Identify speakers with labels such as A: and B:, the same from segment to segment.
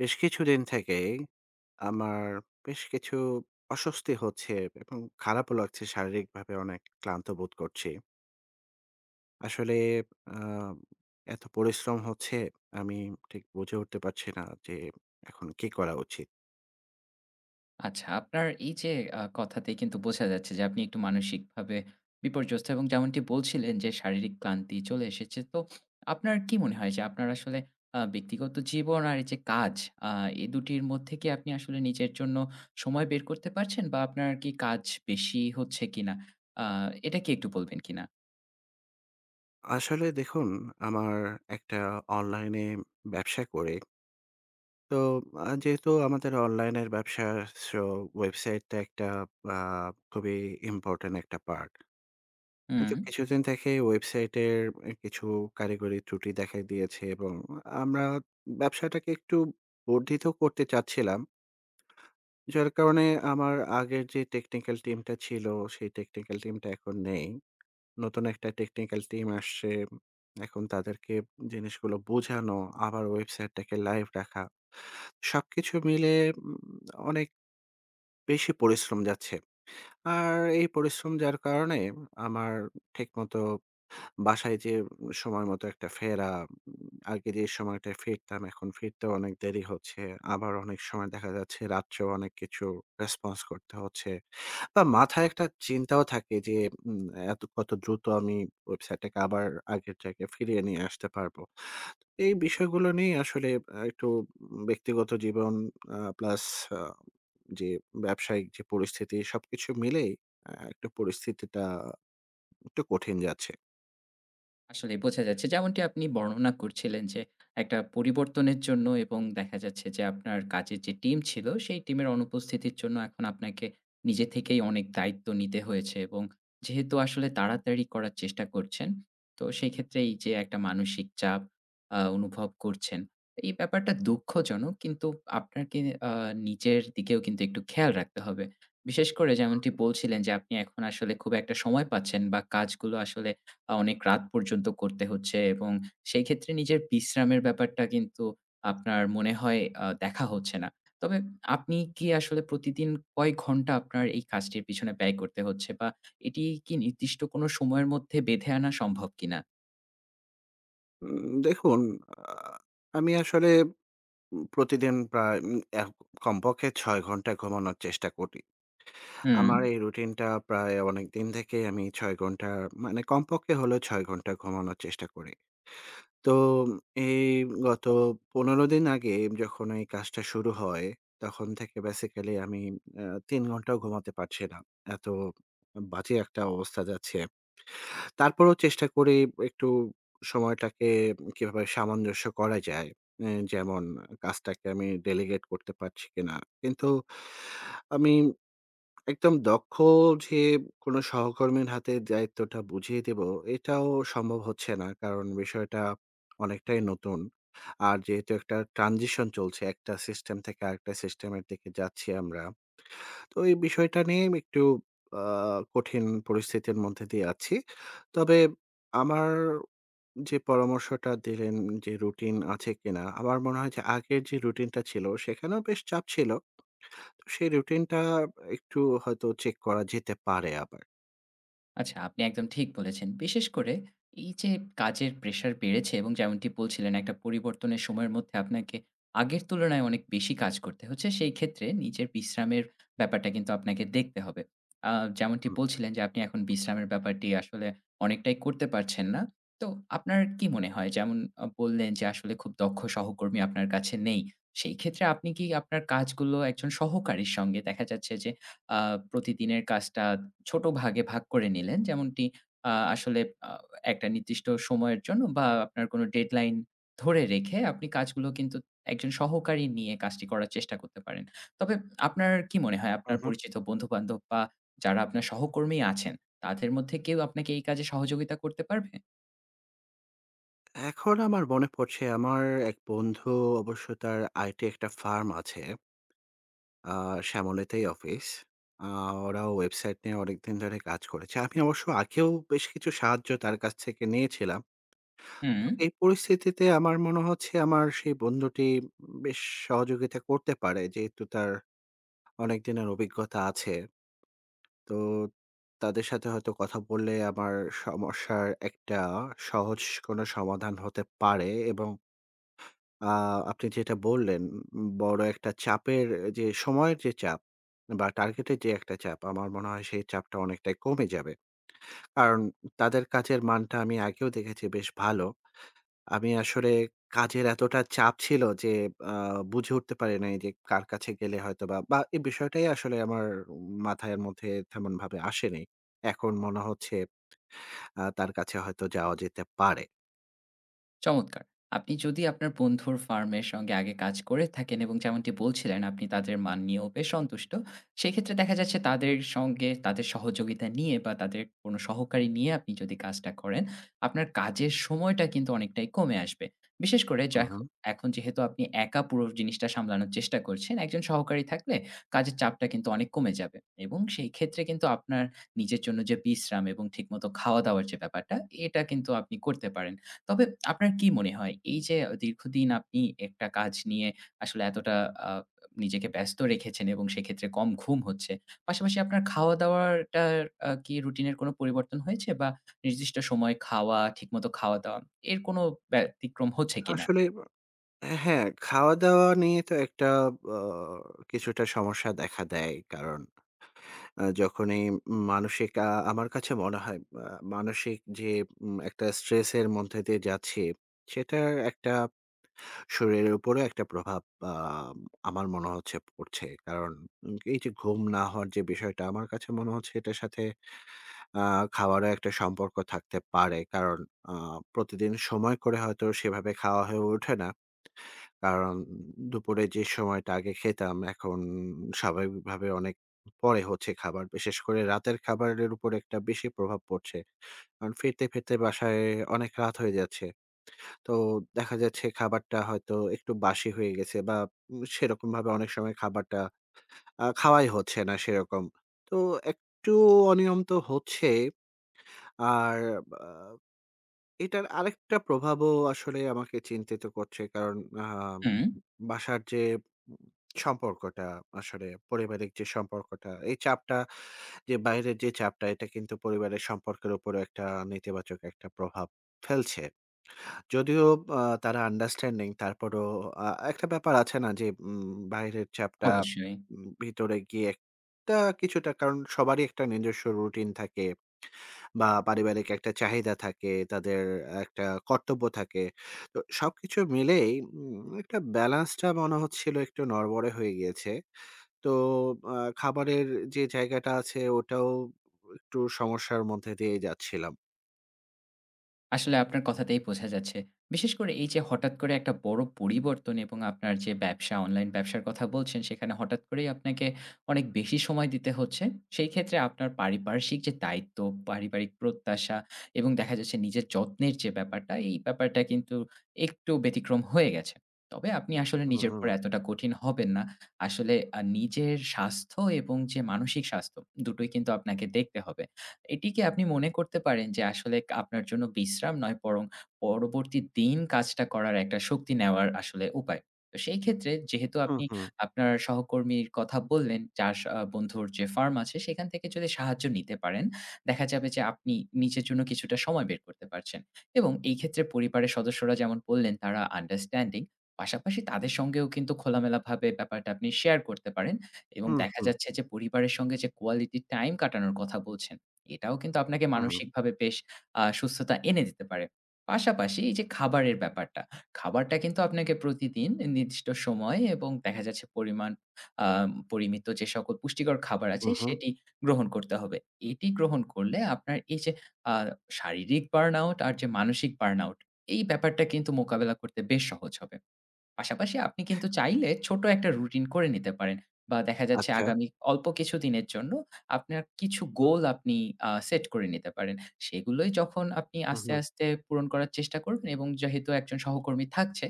A: বেশ কিছুদিন থেকেই আমার বেশ কিছু অস্বস্তি হচ্ছে এবং খারাপও লাগছে শারীরিকভাবে অনেক ক্লান্ত বোধ করছি। আসলে আহ এত পরিশ্রম হচ্ছে আমি ঠিক বুঝে উঠতে পারছি না যে এখন কি করা উচিত?
B: আচ্ছা, আপনার এই যে কথাতেই কিন্তু বোঝা যাচ্ছে যে আপনি একটু মানসিকভাবে বিপর্যস্ত এবং যেমনটি বলছিলেন যে শারীরিক ক্লান্তি চলে এসেছে। তো আপনার কি মনে হয় যে আপনার আসলে ব্যক্তিগত জীবন আর এই যে কাজ, আ এই দুটির মধ্যে কি আপনি আসলে নিজের জন্য সময় বের করতে পারছেন, বা আপনার কি কাজ বেশি হচ্ছে কিনা? আ এটা কি একটু বলবেন কিনা?
A: আসলে দেখুন, আমার একটা অনলাইনে ব্যবসা করি। তো যেহেতু আমাদের অনলাইনের ব্যবসা, সো ওয়েবসাইটটা একটা আ খুবই ইম্পোর্টেন্ট একটা পার্ট।
B: হুম।
A: কিন্তু কিছুদিন থেকে ওয়েবসাইটের এ কিছু কারিগরি ত্রুটি দেখা দিয়েছে এবং আমরা ব্যবসাটাকে একটু বর্ধিত করতে চাচ্ছিলাম। যার কারণে আমার আগের যে টেকনিক্যাল টিমটা ছিল, সেই টেকনিক্যাল টিমটা এখন নেই। নতুন একটা টেকনিক্যাল টিম আসছে। এখন তাদেরকে জিনিসগুলো বোঝানো, আবার ওয়েবসাইটটাকে লাইভ রাখা। সবকিছু মিলে অনেক বেশি পরিশ্রম যাচ্ছে। আর এই পরিশ্রম যার কারণে আমার ঠিকমতো বাসায় যেয়ে সময় মতো একটা ফেরা, আগে যে সময়টায় ফিরতাম এখন ফিরতেও অনেক দেরি হচ্ছে। আবার অনেক সময় দেখা যাচ্ছে রাত্রেও অনেক কিছু রেসপন্স করতে হচ্ছে। বা মাথায় একটা চিন্তাও থাকে যে উম এত কত দ্রুত আমি ওয়েবসাইটটাকে আবার আগের জায়গায় ফিরিয়ে নিয়ে আসতে পারবো। এই বিষয়গুলো নিয়ে আসলে একটু ব্যক্তিগত জীবন প্লাস আ যে ব্যবসায়িক যে পরিস্থিতি সবকিছু মিলেই একটু পরিস্থিতিটা একটু কঠিন যাচ্ছে।
B: আসলে বোঝা যাচ্ছে, যেমনটি আপনি বর্ণনা করছিলেন, যে একটা পরিবর্তনের জন্য এবং দেখা যাচ্ছে যে আপনার কাজের যে টিম ছিল, সেই টিমের অনুপস্থিতির জন্য এখন আপনাকে নিজে থেকেই অনেক দায়িত্ব নিতে হয়েছে। এবং যেহেতু আসলে তাড়াতাড়ি করার চেষ্টা করছেন, তো সেই ক্ষেত্রে এই যে একটা মানসিক চাপ অনুভব করছেন, এই ব্যাপারটা দুঃখজনক। কিন্তু আপনাকে নিজের দিকেও কিন্তু একটু খেয়াল রাখতে হবে। বিশেষ করে যেমনটি বলছিলেন যে আপনি এখন আসলে খুব একটা সময় পাচ্ছেন, বা কাজগুলো আসলে অনেক রাত পর্যন্ত করতে হচ্ছে, এবং সেই ক্ষেত্রে নিজের বিশ্রামের ব্যাপারটা কিন্তু আপনার মনে হয় দেখা হচ্ছে না। তবে আপনি কি আসলে প্রতিদিন কয় ঘন্টা আপনার এই কাজটির পিছনে ব্যয় করতে হচ্ছে, বা এটি কি নির্দিষ্ট কোনো সময়ের মধ্যে বেঁধে আনা সম্ভব কিনা?
A: দেখুন, আ আমি আসলে প্রতিদিন প্রায় উম এক কমপক্ষে ৬ ঘন্টা ঘুমানোর চেষ্টা করি।
B: হুম।
A: আমার এই রুটিনটা প্রায় অনেকদিন থেকেই আমি ৬ ঘন্টা মানে কমপক্ষে হলেও ৬ ঘন্টা ঘুমানোর চেষ্টা করি। তো এই গত ১৫ দিন আগে যখন এই কাজটা শুরু হয়, তখন থেকে বেসিক্যালি আমি আ ৩ ঘন্টাও ঘুমাতে পারছি না। এত বাজে একটা অবস্থা যাচ্ছে। তারপরেও চেষ্টা করি একটু সময়টাকে কিভাবে সামঞ্জস্য করা যায়। এ যেমন কাজটাকে আমি ডেলিগেট করতে পারছি কিনা। কিন্তু আমি একদম দক্ষ যে কোনো সহকর্মীর হাতে দায়িত্বটা বুঝিয়ে দেব, এটাও সম্ভব হচ্ছে না। কারণ বিষয়টা অনেকটাই নতুন। আর যেহেতু একটা ট্রানজিশন চলছে, একটা সিস্টেম থেকে আরেকটা সিস্টেমের দিকে যাচ্ছি আমরা। তো এই বিষয়টা নিয়ে আমি একটু আ কঠিন পরিস্থিতির মধ্যে দিয়ে আছি। তবে আমার যে পরামর্শটা দিলেন যে রুটিন আছে কিনা? আমার মনে হয় যে আগের যে রুটিনটা ছিল সেখানেও বেশ চাপ ছিল। তো সেই রুটিনটা একটু হয়তো চেক করা যেতে পারে আবার।
B: আচ্ছা, আপনি একদম ঠিক বলেছেন। বিশেষ করে এই যে কাজের প্রেশার বেড়েছে, এবং যেমনটি বলছিলেন একটা পরিবর্তনের সময়ের মধ্যে আপনাকে আগের তুলনায় অনেক বেশি কাজ করতে হচ্ছে। সেই ক্ষেত্রে নিজের বিশ্রামের ব্যাপারটা কিন্তু আপনাকে দেখতে হবে। আ যেমনটি
A: হুম।
B: বলছিলেন যে আপনি এখন বিশ্রামের ব্যাপারটি আসলে অনেকটাই করতে পারছেন না। তো আপনার কি মনে হয়? যেমন বললেন যে আসলে খুব দক্ষ সহকর্মী আপনার কাছে নেই। সেই ক্ষেত্রে আপনি কি আপনার কাজগুলো একজন সহকারীর সঙ্গে, দেখা যাচ্ছে যে আ প্রতিদিনের কাজটা ছোট ভাগে ভাগ করে নিলেন। যেমনটি আসলে আ একটা নির্দিষ্ট সময়ের জন্য বা আপনার কোনো ডেডলাইন ধরে রেখে আপনি কাজগুলো কিন্তু একজন সহকারী নিয়ে কাজটি করার চেষ্টা করতে পারেন। তবে আপনার কি মনে হয়
A: হুম,
B: আপনার
A: হুম, হুম।
B: পরিচিত বন্ধু-বান্ধব বা যারা আপনার সহকর্মী আছেন, তাদের মধ্যে কেউ আপনাকে এই কাজে সহযোগিতা করতে পারবে?
A: এখন আমার মনে পড়ছে আমার এক বন্ধু অবশ্য তার আইটি একটা ফার্ম আছে। আ শ্যামলীতেই অফিস। আ ওরাও ওয়েবসাইট নিয়ে অনেকদিন ধরে কাজ করেছে। আমি অবশ্য আগেও বেশ কিছু সাহায্য তার কাছ থেকে নিয়েছিলাম।
B: হুম।
A: তো এই পরিস্থিতিতে আমার মনে হচ্ছে আমার সেই বন্ধুটি বেশ সহযোগিতা করতে পারে। যেহেতু তার অনেক দিনের অভিজ্ঞতা আছে। তো তাদের সাথে হয়তো কথা বললে আমার সমস্যার একটা সহজ কোনো সমাধান হতে পারে এবং আ আপনি যেটা বললেন, বড় একটা চাপের যে সময়ের যে চাপ বা টার্গেটের যে একটা চাপ, আমার মনে হয় সেই চাপটা অনেকটাই কমে যাবে। কারণ তাদের কাজের মানটা আমি আগেও দেখেছি বেশ ভালো। আমি আসলে কাজের এতটা চাপ ছিল যে আ বুঝে উঠতে পারি নাই যে কার কাছে গেলে হয়তোবা বা বা এই বিষয়টাই আসলে আমার মাথার মধ্যে তেমনভাবে আসেনি। এখন মনে হচ্ছে তার কাছে হয়তো যাওয়া যেতে পারে।
B: চমৎকার! আপনি যদি আপনার বন্ধুর ফার্মের সঙ্গে আগে কাজ করে থাকেন, এবং যেমনটি বলছিলেন আপনি তাদের মান নিয়েও বেশ সন্তুষ্ট। সেক্ষেত্রে দেখা যাচ্ছে তাদের সঙ্গে, তাদের সহযোগিতা নিয়ে বা তাদের কোনো সহকারী নিয়ে আপনি যদি কাজটা করেন, আপনার কাজের সময়টা কিন্তু অনেকটাই কমে আসবে। বিশেষ করে
A: হু, হু।
B: এখন যেহেতু আপনি একা পুরো জিনিসটা সামলানোর চেষ্টা করছেন, একজন সহকারী থাকলে কাজের চাপটা কিন্তু অনেক কমে যাবে, এবং সেই ক্ষেত্রে কিন্তু আপনার নিজের জন্য যে বিশ্রাম এবং ঠিকমতো খাওয়া-দাওয়ার যে ব্যাপারটা, এটা কিন্তু আপনি করতে পারেন। তবে আপনার কি মনে হয় এই যে দীর্ঘদিন আপনি একটা কাজ নিয়ে আসলে এতটা আ নিজেকে ব্যস্ত রেখেছেন, এবং সেক্ষেত্রে কম ঘুম হচ্ছে। পাশাপাশি আপনার খাওয়া-দাওয়াটার কি রুটিনের কোনো পরিবর্তন হয়েছে, বা নির্দিষ্ট সময় খাওয়া, ঠিকমতো খাওয়া-দাওয়া, এর কোনো ব্যতিক্রম হচ্ছে কিনা?
A: আসলে হ্যাঁ, খাওয়া-দাওয়া নিয়ে তো একটা আ কিছুটা সমস্যা দেখা দেয়। কারণ যখনই মানসিক আ আমার কাছে মনে হয় মানসিক যে একটা স্ট্রেস এর মধ্যে দিয়ে যাচ্ছি, সেটার একটা শরীরের উপরেও একটা প্রভাব আ আমার মনে হচ্ছে পড়ছে। কারণ এই যে ঘুম না হওয়ার যে বিষয়টা, আমার কাছে মনে হচ্ছে এটার সাথে আ খাওয়ারও একটা সম্পর্ক থাকতে পারে। কারণ আ প্রতিদিন সময় করে হয়তো সেভাবে খাওয়া হয়ে ওঠে না। কারণ দুপুরে যে সময়টা আগে খেতাম এখন স্বাভাবিকভাবে অনেক পরে হচ্ছে খাবার। বিশেষ করে রাতের খাবারের উপর একটা বেশি প্রভাব পড়ছে। কারণ ফিরতে বাসায় অনেক রাত হয়ে যাচ্ছে। তো দেখা যাচ্ছে খাবারটা হয়তো একটু বাসি হয়ে গেছে বা সেরকমভাবে অনেক সময় খাবারটা খাওয়াই হচ্ছে না সেরকম। তো একটু অনিয়ম তো হচ্ছে। আর আ এটার আরেকটা প্রভাবও আসলে আমাকে চিন্তিত করছে। কারণ আ
B: হুম,
A: বাসার যে সম্পর্কটা আসলে পারিবারিক যে সম্পর্কটা, এই চাপটা যে বাইরের যে চাপটা এটা কিন্তু পরিবারের সম্পর্কের উপরও একটা নেতিবাচক একটা প্রভাব ফেলছে। যদিও তারা আন্ডারস্ট্যান্ডিং তারপরও আ একটা ব্যাপার আছে না যে বাইরের চাপটা
B: অবশ্যই।
A: ভিতরে গিয়ে একটা কিছুটা কারণ সবারই একটা নিজস্ব রুটিন থাকে। বা পারিবারিক একটা চাহিদা থাকে, তাদের একটা কর্তব্য থাকে। তো সবকিছু মিলেই উম একটা ব্যালেন্সটা মনে হচ্ছিল একটু নড়বড়ে হয়ে গিয়েছে। তো খাবারের যে জায়গাটা আছে ওটাও একটু সমস্যার মধ্যে দিয়ে যাচ্ছিলাম।
B: আসলে আপনার কথাতেই বোঝা যাচ্ছে। বিশেষ করে এই যে হঠাৎ করে একটা বড় পরিবর্তন, এবং আপনার যে ব্যবসা, অনলাইন ব্যবসার কথা বলছেন, সেখানে হঠাৎ করেই আপনাকে অনেক বেশি সময় দিতে হচ্ছে। সেই ক্ষেত্রে আপনার পারিপার্শ্বিক যে দায়িত্ব, পারিবারিক প্রত্যাশা, এবং দেখা যাচ্ছে নিজের যত্নের যে ব্যাপারটা, এই ব্যাপারটা কিন্তু একটু ব্যতিক্রম হয়ে গেছে। তবে আপনি আসলে
A: হুম,
B: নিজের
A: হুম।
B: উপর এতটা কঠিন হবেন না। আসলে নিজের স্বাস্থ্য এবং যে মানসিক স্বাস্থ্য, দুটোই কিন্তু আপনাকে দেখতে হবে। এটিকে আপনি মনে করতে পারেন যে আসলে আপনার জন্য বিশ্রাম নয়, বরং পরবর্তী দিন কাজটা করার একটা শক্তি নেওয়ার আসলে উপায়। তো সেই ক্ষেত্রে যেহেতু
A: হুম,
B: আপনি
A: হুম।
B: আপনার সহকর্মীর কথা বললেন, চাষ আ বন্ধুর যে ফার্ম আছে সেখান থেকে যদি সাহায্য নিতে পারেন, দেখা যাবে যে আপনি নিজের জন্য কিছুটা সময় বের করতে পারছেন। এবং এই ক্ষেত্রে পরিবারের সদস্যরা, যেমন বললেন, তারা আন্ডারস্ট্যান্ডিং, পাশাপাশি তাদের সঙ্গেও কিন্তু খোলামেলাভাবে ব্যাপারটা আপনি শেয়ার করতে পারেন। এবং
A: হুম,
B: দেখা
A: হুম।
B: যাচ্ছে যে পরিবারের সঙ্গে যে কোয়ালিটি টাইম কাটানোর কথা বলছেন, এটাও কিন্তু আপনাকে
A: হুম, হুম।
B: মানসিকভাবে বেশ সুস্থতা এনে দিতে পারে। পাশাপাশি এই যে খাবারের ব্যাপারটা, খাবারটা কিন্তু আপনাকে প্রতিদিন নির্দিষ্ট সময় এবং দেখা যাচ্ছে পরিমাণ আ পরিমিত, যে সকল পুষ্টিকর খাবার আছে
A: হুম, হুম।
B: সেটি গ্রহণ করতে হবে। এটি গ্রহণ করলে আপনার এই যে আ শারীরিক বার্ন আউট আর যে মানসিক বার্ন আউট, এই ব্যাপারটা কিন্তু মোকাবেলা করতে বেশ সহজ হবে। পাশাপাশি আপনি কিন্তু চাইলে ছোট একটা রুটিন করে নিতে পারেন, বা দেখা যাচ্ছে
A: আচ্ছা।
B: আগামী অল্প কিছু দিনের জন্য আপনার কিছু গোল আপনি সেট করে নিতে পারেন। সেগুলোই যখন আপনি
A: হুম,
B: আস্তে,
A: হুম।
B: আস্তে পূরণ করার চেষ্টা করবেন, এবং যেহেতু একজন সহকর্মী থাকছে,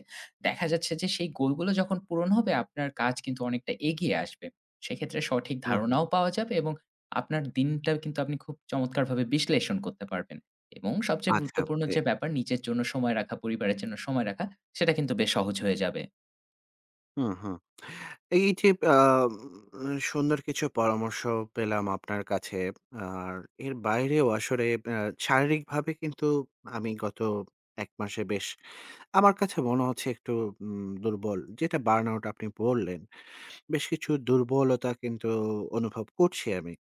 B: দেখা যাচ্ছে যে সেই গোলগুলো যখন পূরণ হবে আপনার কাজ কিন্তু অনেকটা এগিয়ে আসবে। সেক্ষেত্রে সঠিক
A: হুম, হুম।
B: ধারণাও পাওয়া যাবে, এবং আপনার দিনটা কিন্তু আপনি খুব চমৎকারভাবে বিশ্লেষণ করতে পারবেন। এবং সবচেয়ে
A: আচ্ছা।
B: গুরুত্বপূর্ণ যে ব্যাপার, নিজের জন্য সময় রাখা, পরিবারের জন্য সময় রাখা, সেটা কিন্তু বেশ সহজ হয়ে যাবে।
A: হুম, হুম। এই যে আ সুন্দর কিছু পরামর্শ পেলাম আপনার কাছে। আর এর বাইরেও আসলে আ শারীরিকভাবে কিন্তু আমি গত ১ মাসে বেশ আমার কাছে মনে হচ্ছে একটু দুর্বল। যেটা বার্নআউট আপনি বললেন। বেশ কিছু দুর্বলতা কিন্তু অনুভব করছি আমি।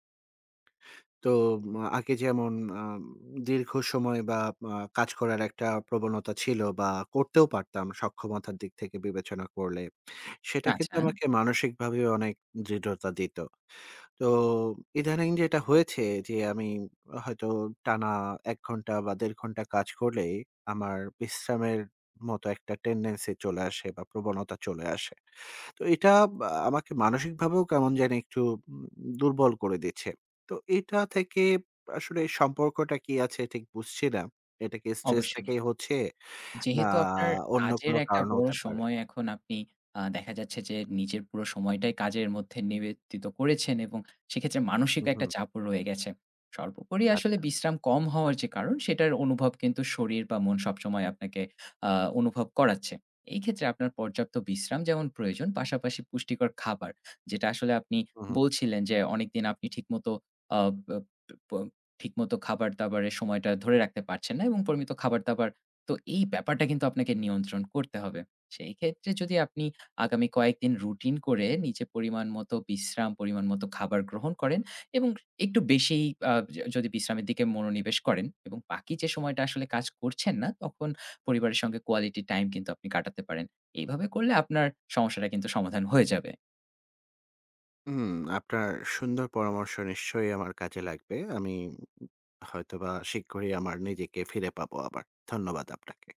A: তো আগে যেমন আম দীর্ঘ সময় বা কাজ করার একটা প্রবণতা ছিল বা করতেও পারতাম সক্ষমতার দিক থেকে বিবেচনা করলে। সেটা কিন্তু
B: আচ্ছা,
A: আমাকে মানসিকভাবে অনেক দৃঢ়তা দিত। তো ইদানিং যেটা হয়েছে যে আমি হয়তো টানা ১ ঘন্টা বা ১.৫ ঘন্টা কাজ করলেই আমার বিশ্রামের মতো একটা টেনডেন্সি চলে আসে বা প্রবণতা চলে আসে। তো এটা বা আমাকে মানসিকভাবেও কেমন জানি একটু উম দুর্বল করে দিচ্ছে। তো এটা থেকে আসলে সম্পর্কটা কি আছে ঠিক বুঝছি না। এটা কি স্ট্রেস
B: অবশ্যই।
A: থেকেই হচ্ছে? না
B: যেহেতু আপনার
A: অন্য
B: কাজের
A: কোনো
B: একটা
A: কারণ
B: বড়
A: হতে পারে?
B: সময় এখন আপনি দেখা যাচ্ছে যে নিজের পুরো সময়টাই কাজের মধ্যে নিবেদিত করেছেন, এবং সেক্ষেত্রে মানসিক
A: হুম,
B: একটা
A: হুম।
B: চাপও রয়ে গেছে। সর্বোপরি আসলে
A: আচ্ছা।
B: বিশ্রাম কম হওয়ার যে কারণ, সেটার অনুভব কিন্তু শরীর বা মন সবসময় আপনাকে আ অনুভব করাচ্ছে। এই ক্ষেত্রে আপনার পর্যাপ্ত বিশ্রাম যেমন প্রয়োজন, পাশাপাশি পুষ্টিকর খাবার, যেটা আসলে আপনি
A: হুম, হুম।
B: বলছিলেন যে অনেকদিন আপনি ঠিকমতো আ ব প ঠিকমতো খাবার-দাবারের সময়টা ধরে রাখতে পারছেন না, এবং পরিমিত খাবার-দাবার, তো এই ব্যাপারটা কিন্তু আপনাকে নিয়ন্ত্রণ করতে হবে। সেই ক্ষেত্রে যদি আপনি আগামী কয়েকদিন রুটিন করে নিজের পরিমাণ মতো বিশ্রাম, পরিমাণ মতো খাবার গ্রহণ করেন, এবং একটু বেশিই আ য যদি বিশ্রামের দিকে মনোনিবেশ করেন, এবং বাকি যে সময়টা আসলে কাজ করছেন না, তখন পরিবারের সঙ্গে কোয়ালিটি টাইম কিন্তু আপনি কাটাতে পারেন। এইভাবে করলে আপনার সমস্যাটা কিন্তু সমাধান হয়ে যাবে।
A: হুম, আপনার সুন্দর পরামর্শ নিশ্চয়ই আমার কাজে লাগবে। আমি হয়তোবা শীঘ্রই আমার নিজেকে ফিরে পাবো আবার। ধন্যবাদ আপনাকে।